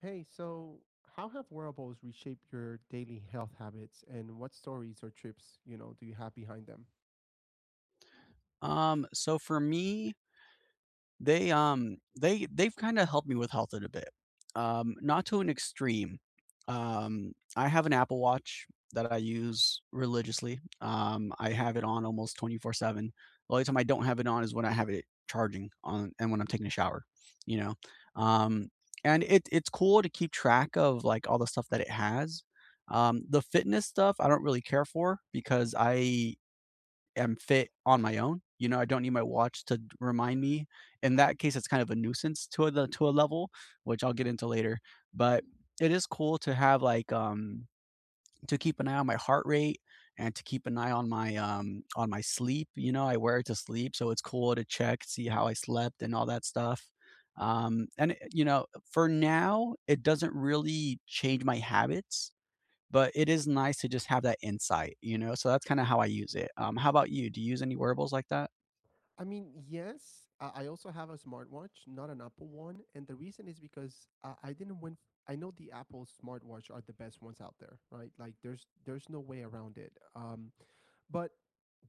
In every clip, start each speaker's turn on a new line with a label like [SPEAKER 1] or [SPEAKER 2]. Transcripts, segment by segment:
[SPEAKER 1] Hey, so how have wearables reshaped your daily health habits and what stories or trips, you know, do you have behind them?
[SPEAKER 2] So for me, they've kinda helped me with health in a bit, not to an extreme. I have an Apple Watch that I use religiously. I have it on almost 24/7. The only time I don't have it on is when I have it charging on and when I'm taking a shower, you know? Um, and it's cool to keep track of, like, all the stuff that it has. The fitness stuff, I don't really care for because I am fit on my own. You know, I don't need my watch to d remind me. In that case, it's kind of a nuisance to a level, which I'll get into later, but it is cool to have, like, to keep an eye on my heart rate and to keep an eye on on my sleep. You know, I wear it to sleep, so it's cool to check, see how I slept and all that stuff. And, eh, you know, For now, it doesn't really change my habits, but it is nice to just have that insight, you know? So that's kinda how I use it. How about you? Do you use any wearables like that?
[SPEAKER 1] I mean, yes, I also have a smartwatch, not an Apple one, and the reason is because I didn't win. I know the Apple smartwatch are the best ones out there, right? Like, there's no way around it. But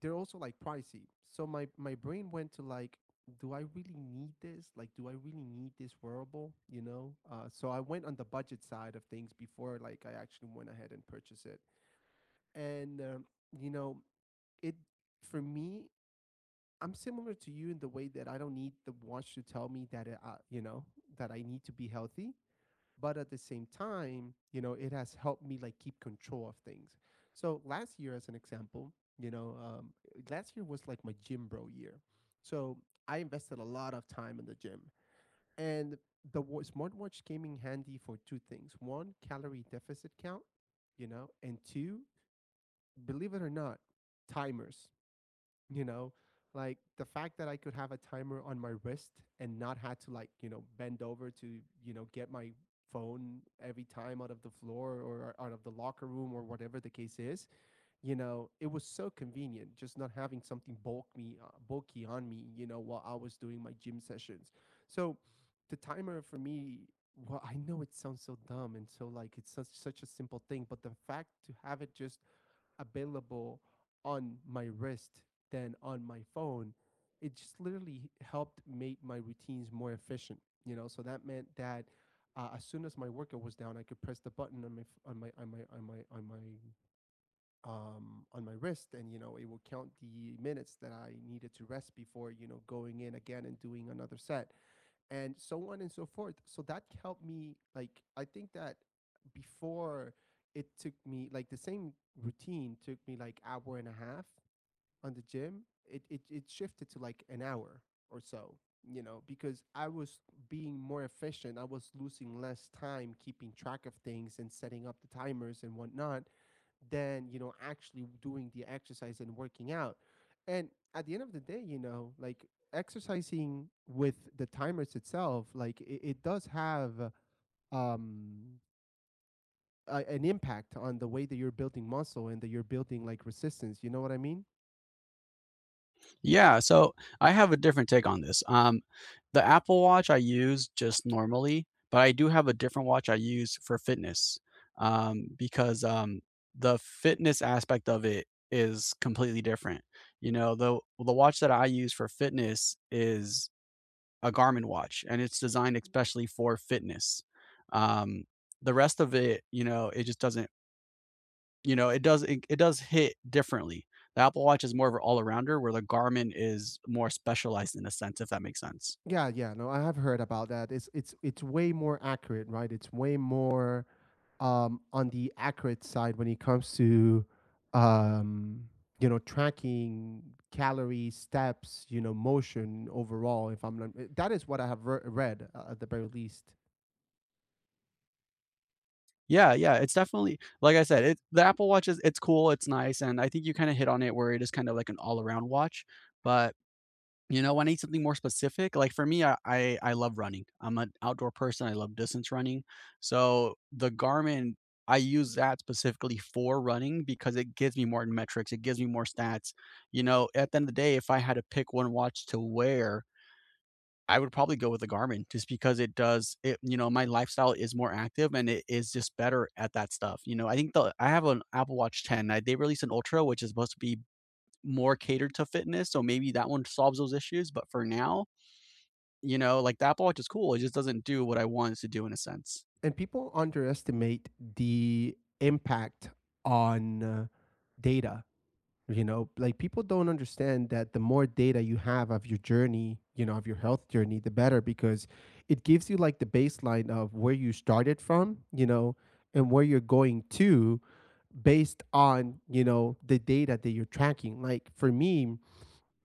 [SPEAKER 1] they're also like pricey. So my brain went to like, do I really need this? Like, do I really need this wearable? You know. So I went on the budget side of things before like I actually went ahead and purchased it. And you know, it for me, I'm similar to you in the way that I don't need the watch to tell me that it, you know, that I need to be healthy, but at the same time, you know, it has helped me like keep control of things. So last year as an example, you know, last year was like my gym bro year. So I invested a lot of time in the gym, and smartwatch came in handy for two things: one, calorie deficit count, you know, and two, believe it or not, timers, you know, like the fact that I could have a timer on my wrist and not had to, like, you know, bend over to, you know, get my phone every time out of the floor or out of the locker room or whatever the case is. You know, it was so convenient just not having something bulk me bulky on me, you know, while I was doing my gym sessions. So the timer for me, well, I know it sounds so dumb and so like it's such, such a simple thing, but the fact to have it just available on my wrist than on my phone, it just literally helped make my routines more efficient. You know, so that meant that as soon as my workout was down, I could press the button on my f- on my on my on my on my on my wrist, and you know it will count the minutes that I needed to rest before, you know, going in again and doing another set and so on and so forth. So that helped me. Like, I think that before it took me, like, the same routine took me like hour and a half on the gym, it shifted to like an hour or so, you know, because I was being more efficient. I was losing less time keeping track of things and setting up the timers and whatnot than, you know, actually doing the exercise and working out. And at the end of the day, you know, like exercising with the timers itself, like it does have um, a, an impact on the way that you're building muscle and that you're building like resistance. You know what I mean?
[SPEAKER 2] Yeah, so I have a different take on this. The Apple Watch I use just normally, but I do have a different watch I use for fitness, because the fitness aspect of it is completely different. You know, the watch that I use for fitness is a Garmin watch, and it's designed especially for fitness. Um, the rest of it, you know, it just doesn't you know, it does it does hit differently. The Apple Watch is more of an all-arounder where the Garmin is more specialized in a sense, if that makes sense.
[SPEAKER 1] Yeah, yeah. No, I have heard about that. It's way more accurate, right? It's way more on the accurate side when it comes to um you know tracking calories, steps, you know, motion overall if I'm not, that is what I have read at the very least.
[SPEAKER 2] Yeah, yeah, it's definitely like I said, it the Apple Watch is it's cool, it's nice, and I think you kinda hit on it where it is kind of like an all-around watch, but you know, I need something more specific. Like for me, I love running. I'm an outdoor person. I love distance running. So the Garmin, I use that specifically for running because it gives me more metrics. It gives me more stats. You know, at the end of the day, if I had to pick one watch to wear, I would probably go with the Garmin just because it does it. You know, my lifestyle is more active and it is just better at that stuff. You know, I think the I have an Apple Watch 10. They released an Ultra, which is supposed to be more catered to fitness. So maybe that one solves those issues. But for now, you know, like, the Apple Watch is cool, it just doesn't do what I want it to do in a sense.
[SPEAKER 1] And people underestimate the impact on data. You know, like people don't understand that the more data you have of your journey, you know, of your health journey, the better, because it gives you like the baseline of where you started from, you know, and where you're going to based on, you know, the data that you're tracking. Like for me,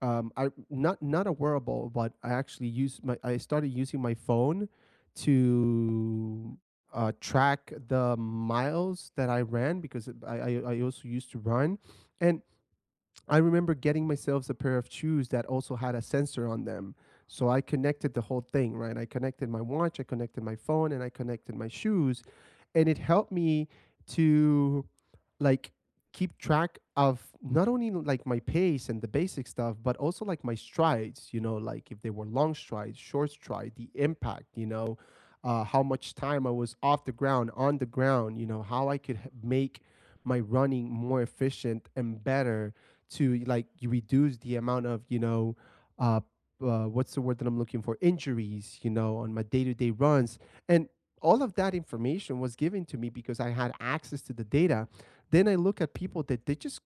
[SPEAKER 1] I not not a wearable, but I actually use my I started using my phone to track the miles that I ran because I also used to run, and I remember getting myself a pair of shoes that also had a sensor on them. So I connected the whole thing, right? I connected my watch, I connected my phone, and I connected my shoes. And it helped me to like keep track of not only like my pace and the basic stuff, but also like my strides, you know, like if they were long strides, short stride, the impact, you know, how much time I was off the ground, on the ground, you know, how I could make my running more efficient and better to like you reduce the amount of, you know, uh, what's the word that I'm looking for, injuries, you know, on my day-to-day runs. And all of that information was given to me because I had access to the data. Then I look at people that they just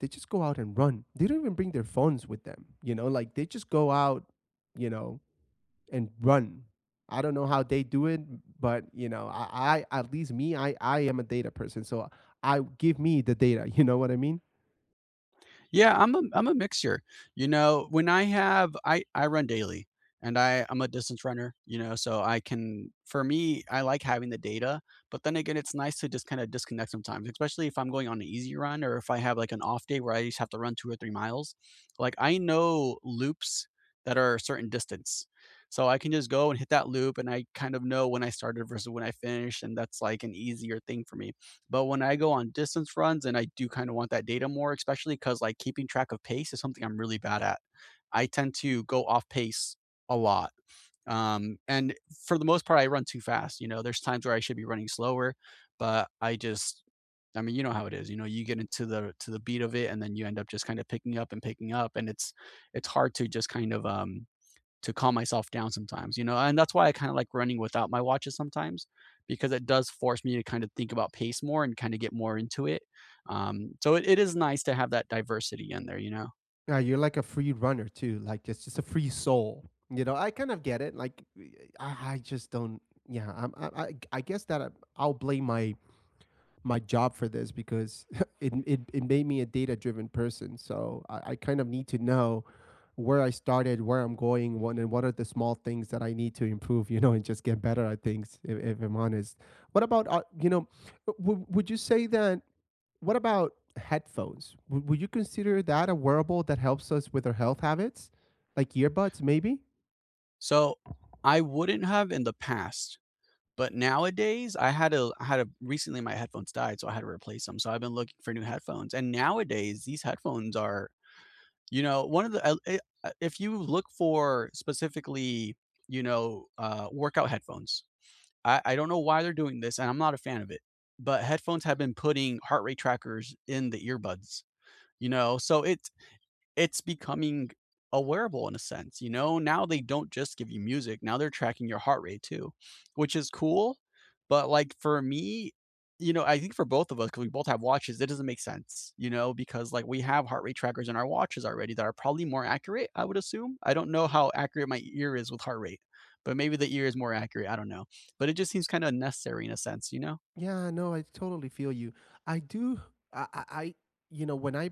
[SPEAKER 1] they just go out and run. They don't even bring their phones with them. You know, like they just go out, you know, and run. I don't know how they do it, but you know I, at least me, I am a data person, so I give me the data you know what I mean.
[SPEAKER 2] Yeah, I'm a mixture. You know, when I have I run daily and I'm a distance runner, you know, so I can for me, I like having the data, but then again, it's nice to just kind of disconnect sometimes, especially if I'm going on an easy run or if I have like an off day where I just have to run 2 or 3 miles. Like I know loops that are a certain distance. So I can just go and hit that loop and I kind of know when I started versus when I finished, and that's like an easier thing for me. But when I go on distance runs, and I do kind of want that data more, especially because like keeping track of pace is something I'm really bad at. I tend to go off pace a lot. And for the most part, I run too fast. You know, there's times where I should be running slower, but I just, I mean, you know how it is. You know, you get into the to the beat of it, and then you end up just kind of picking up, and it's hard to just kind of to calm myself down sometimes, you know, and that's why I kind of like running without my watches sometimes because it does force me to kind of think about pace more and kind of get more into it. So it is nice to have that diversity in there, you know.
[SPEAKER 1] Yeah, you're like a free runner too, like it's just a free soul. You know, I kind of get it. Like, I just don't. Yeah, I'm, I guess that I, I'll blame my job for this, because it made me a data driven person. So I kind of need to know where I started, where I'm going, what and what are the small things that I need to improve. You know, and just get better at things. If I'm honest, what about you know, would you say that what about headphones? Would you consider that a wearable that helps us with our health habits? Like earbuds, maybe?
[SPEAKER 2] So I wouldn't have in the past, but nowadays I had a recently my headphones died, so I had to replace them. So I've been looking for new headphones, and nowadays these headphones are, you know, one of the eh, if you look for specifically, you know, workout headphones, I don't know why they're doing this, and I'm not a fan of it, but headphones have been putting heart rate trackers in the earbuds, you know? So it's becoming a wearable in a sense, you know? Now they don't just give you music, now they're tracking your heart rate too, which is cool, but, like, for me, you know, I think for both of us, because we both have watches, it doesn't make sense, you know, because, like, we have heart rate trackers in our watches already that are probably more accurate, I would assume. I don't know how accurate my ear is with heart rate, but maybe the ear is more accurate, I don't know, but it just seems kind of unnecessary in a sense, you know?
[SPEAKER 1] Yeah, no, I totally feel you. I do. I, I, I- you know, when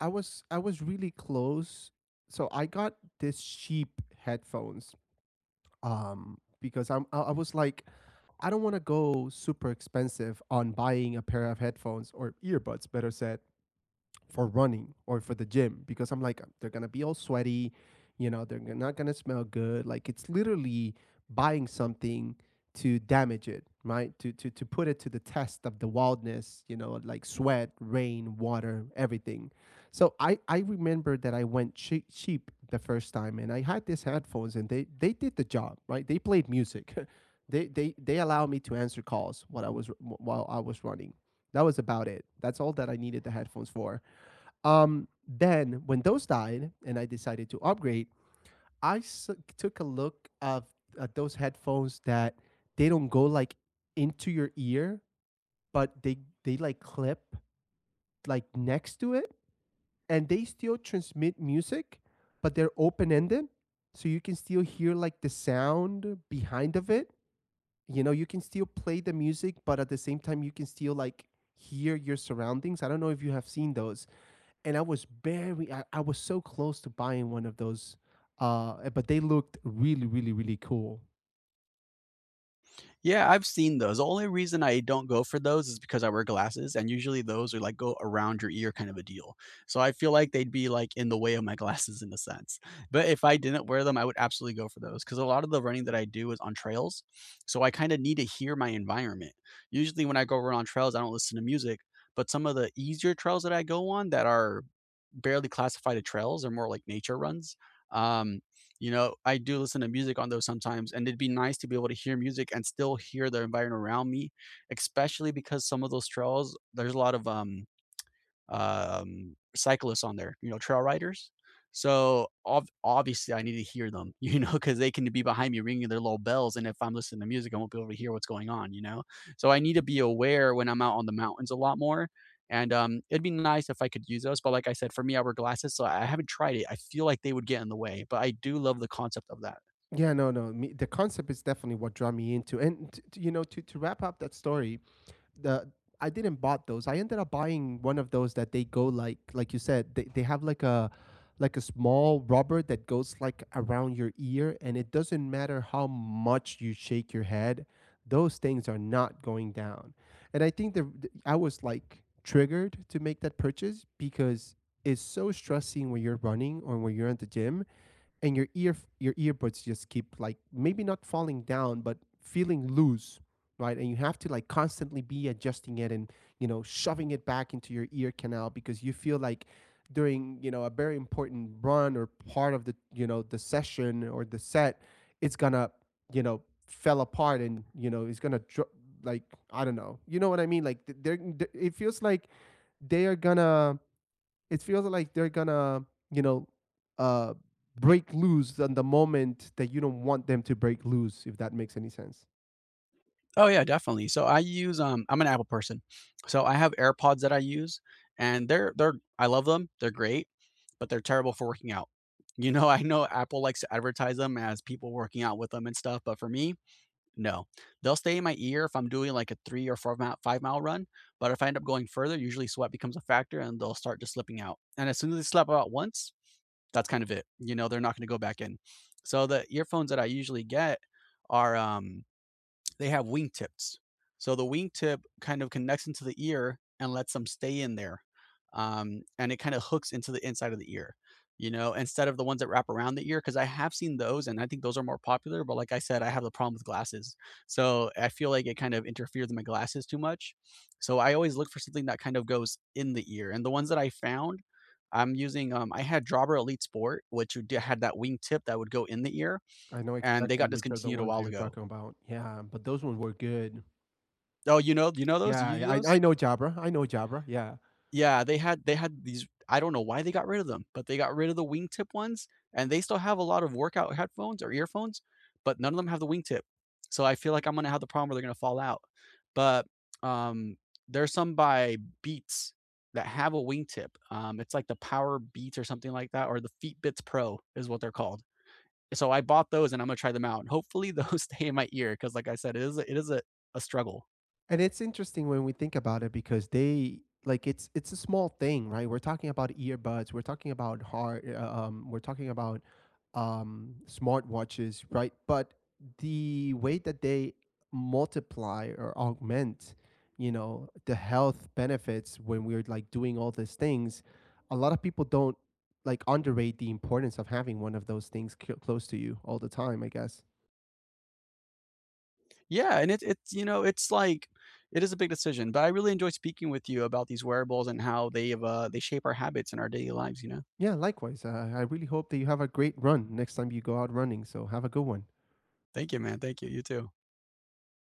[SPEAKER 1] I was really close. So I got this cheap headphones because I was like, I don't want to go super expensive on buying a pair of headphones or earbuds, better said, for running or for the gym because I'm like, they're gonna be all sweaty, you know, they're not gonna smell good. Like it's literally buying something to damage it, right? To put it to the test of the wildness, you know, like sweat, rain, water, everything. So I remember that I went cheap the first time and I had these headphones and they did the job, right? They played music. They allowed me to answer calls while I was running. That was about it. That's all that I needed the headphones for. Then when those died and I decided to upgrade, I s- took a look of at those headphones that they don't go like into your ear, but they like clip like next to it, and they still transmit music, but they're open ended, so you can still hear like the sound behind of it. You know, you can still play the music, but at the same time, you can still like hear your surroundings. I don't know if you have seen those, and I was very I was so close to buying one of those but they looked really really really cool.
[SPEAKER 2] Yeah, I've seen those. The only reason I don't go for those is because I wear glasses, and usually those are like go around your ear kind of a deal. So I feel like they'd be like in the way of my glasses in a sense. But if I didn't wear them, I would absolutely go for those because a lot of the running that I do is on trails. So I kind of need to hear my environment. Usually when I go run on trails, I don't listen to music, but some of the easier trails that I go on that are barely classified as trails are more like nature runs. Um, I do listen to music on those sometimes, and it'd be nice to be able to hear music and still hear the environment around me, especially because some of those trails, there's a lot of cyclists on there, you know, trail riders. So obviously, I need to hear them, you know, because they can be behind me ringing their little bells, and if I'm listening to music, I won't be able to hear what's going on, you know. So I need to be aware when I'm out on the mountains a lot more. And it'd be nice if I could use those, but like I said, for me, I wear glasses, so I haven't tried it. I feel like they would get in the way, but I do love the concept of that.
[SPEAKER 1] Yeah, no no, me, the concept is definitely what drew me into. And you know, to wrap up that story, the I didn't bought those. I ended up buying one of those that they go like you said, they have like a small rubber that goes like around your ear, and it doesn't matter how much you shake your head, those things are not going down. And I think that I was like triggered to make that purchase because it's so stressing when you're running or when you're at the gym, and your ear your earbuds just keep like maybe not falling down but feeling loose, right? And you have to like constantly be adjusting it, and you know shoving it back into your ear canal, because you feel like during, you know, a very important run or part of the, you know, the session or the set, it's gonna, you know, fell apart, and you know it's gonna like, I don't know, you know what I mean, like it feels like they are gonna it feels like they're gonna, you know, uh break loose on the moment that you don't want them to break loose, if that makes any sense.
[SPEAKER 2] Oh yeah, definitely. So I'm an Apple person. So I have AirPods that I use and they're I love them. They're great, but they're terrible for working out. You know, I know Apple likes to advertise them as people working out with them and stuff, but for me, no. They'll stay in my ear if I'm doing like a 3 or 4 mile, 5-mile run, but if I end up going further, usually sweat becomes a factor and they'll start just slipping out. And as soon as they slip out once, that's kind of it. You know, they're not going to go back in. So the earphones that I usually get are they have wingtips. So the wingtip kind of connects into the ear and lets them stay in there. And it kind of hooks into the inside of the ear, you know, instead of the ones that wrap around the ear. Cause I have seen those and I think those are more popular. But like I said, I have the problem with glasses. So I feel like it kind of interferes with my glasses too much. So I always look for something that kind of goes in the ear. And the ones that I found, I had Jobber Elite Sport, which had that wingtip that would go in the ear,
[SPEAKER 1] I know
[SPEAKER 2] and they
[SPEAKER 1] exactly
[SPEAKER 2] got
[SPEAKER 1] which are the
[SPEAKER 2] discontinued a
[SPEAKER 1] ones that
[SPEAKER 2] while
[SPEAKER 1] you're
[SPEAKER 2] ago.
[SPEAKER 1] talking about. Yeah, but those ones were good.
[SPEAKER 2] Oh, you know those? You
[SPEAKER 1] Yeah,
[SPEAKER 2] use
[SPEAKER 1] i
[SPEAKER 2] those?
[SPEAKER 1] i know Jabra, I know Jabra, yeah.
[SPEAKER 2] Yeah, they had these. I don't know why they got rid of them, but they got rid of the wingtip ones, and they still have a lot of workout headphones or earphones, but none of them have the wingtip. So I feel like I'm gonna have the problem where they're gonna fall out. But, um, there's some by Beats that have a wingtip. It's like the Power Beats or something like that, or the Fitbits Pro is what they're called. So I bought those and I'm gonna try them out. Hopefully, those stay in my ear, because like I said, it is a struggle.
[SPEAKER 1] And it's interesting when we think about it because they like it's a small thing, right? We're talking about earbuds, we're talking about hard, we're talking about smartwatches, right? But the way that they multiply or augment, you know, the health benefits when we're like doing all these things, a lot of people don't like underrate the importance of having one of those things close to you all the time. I guess.
[SPEAKER 2] Yeah, and it's you know, it's like it is a big decision, but I really enjoy speaking with you about these wearables and how they shape our habits in our daily lives, you know?
[SPEAKER 1] Yeah, likewise. I really hope that you have a great run next time you go out running. So have a good one.
[SPEAKER 2] Thank you, man. Thank you. You too.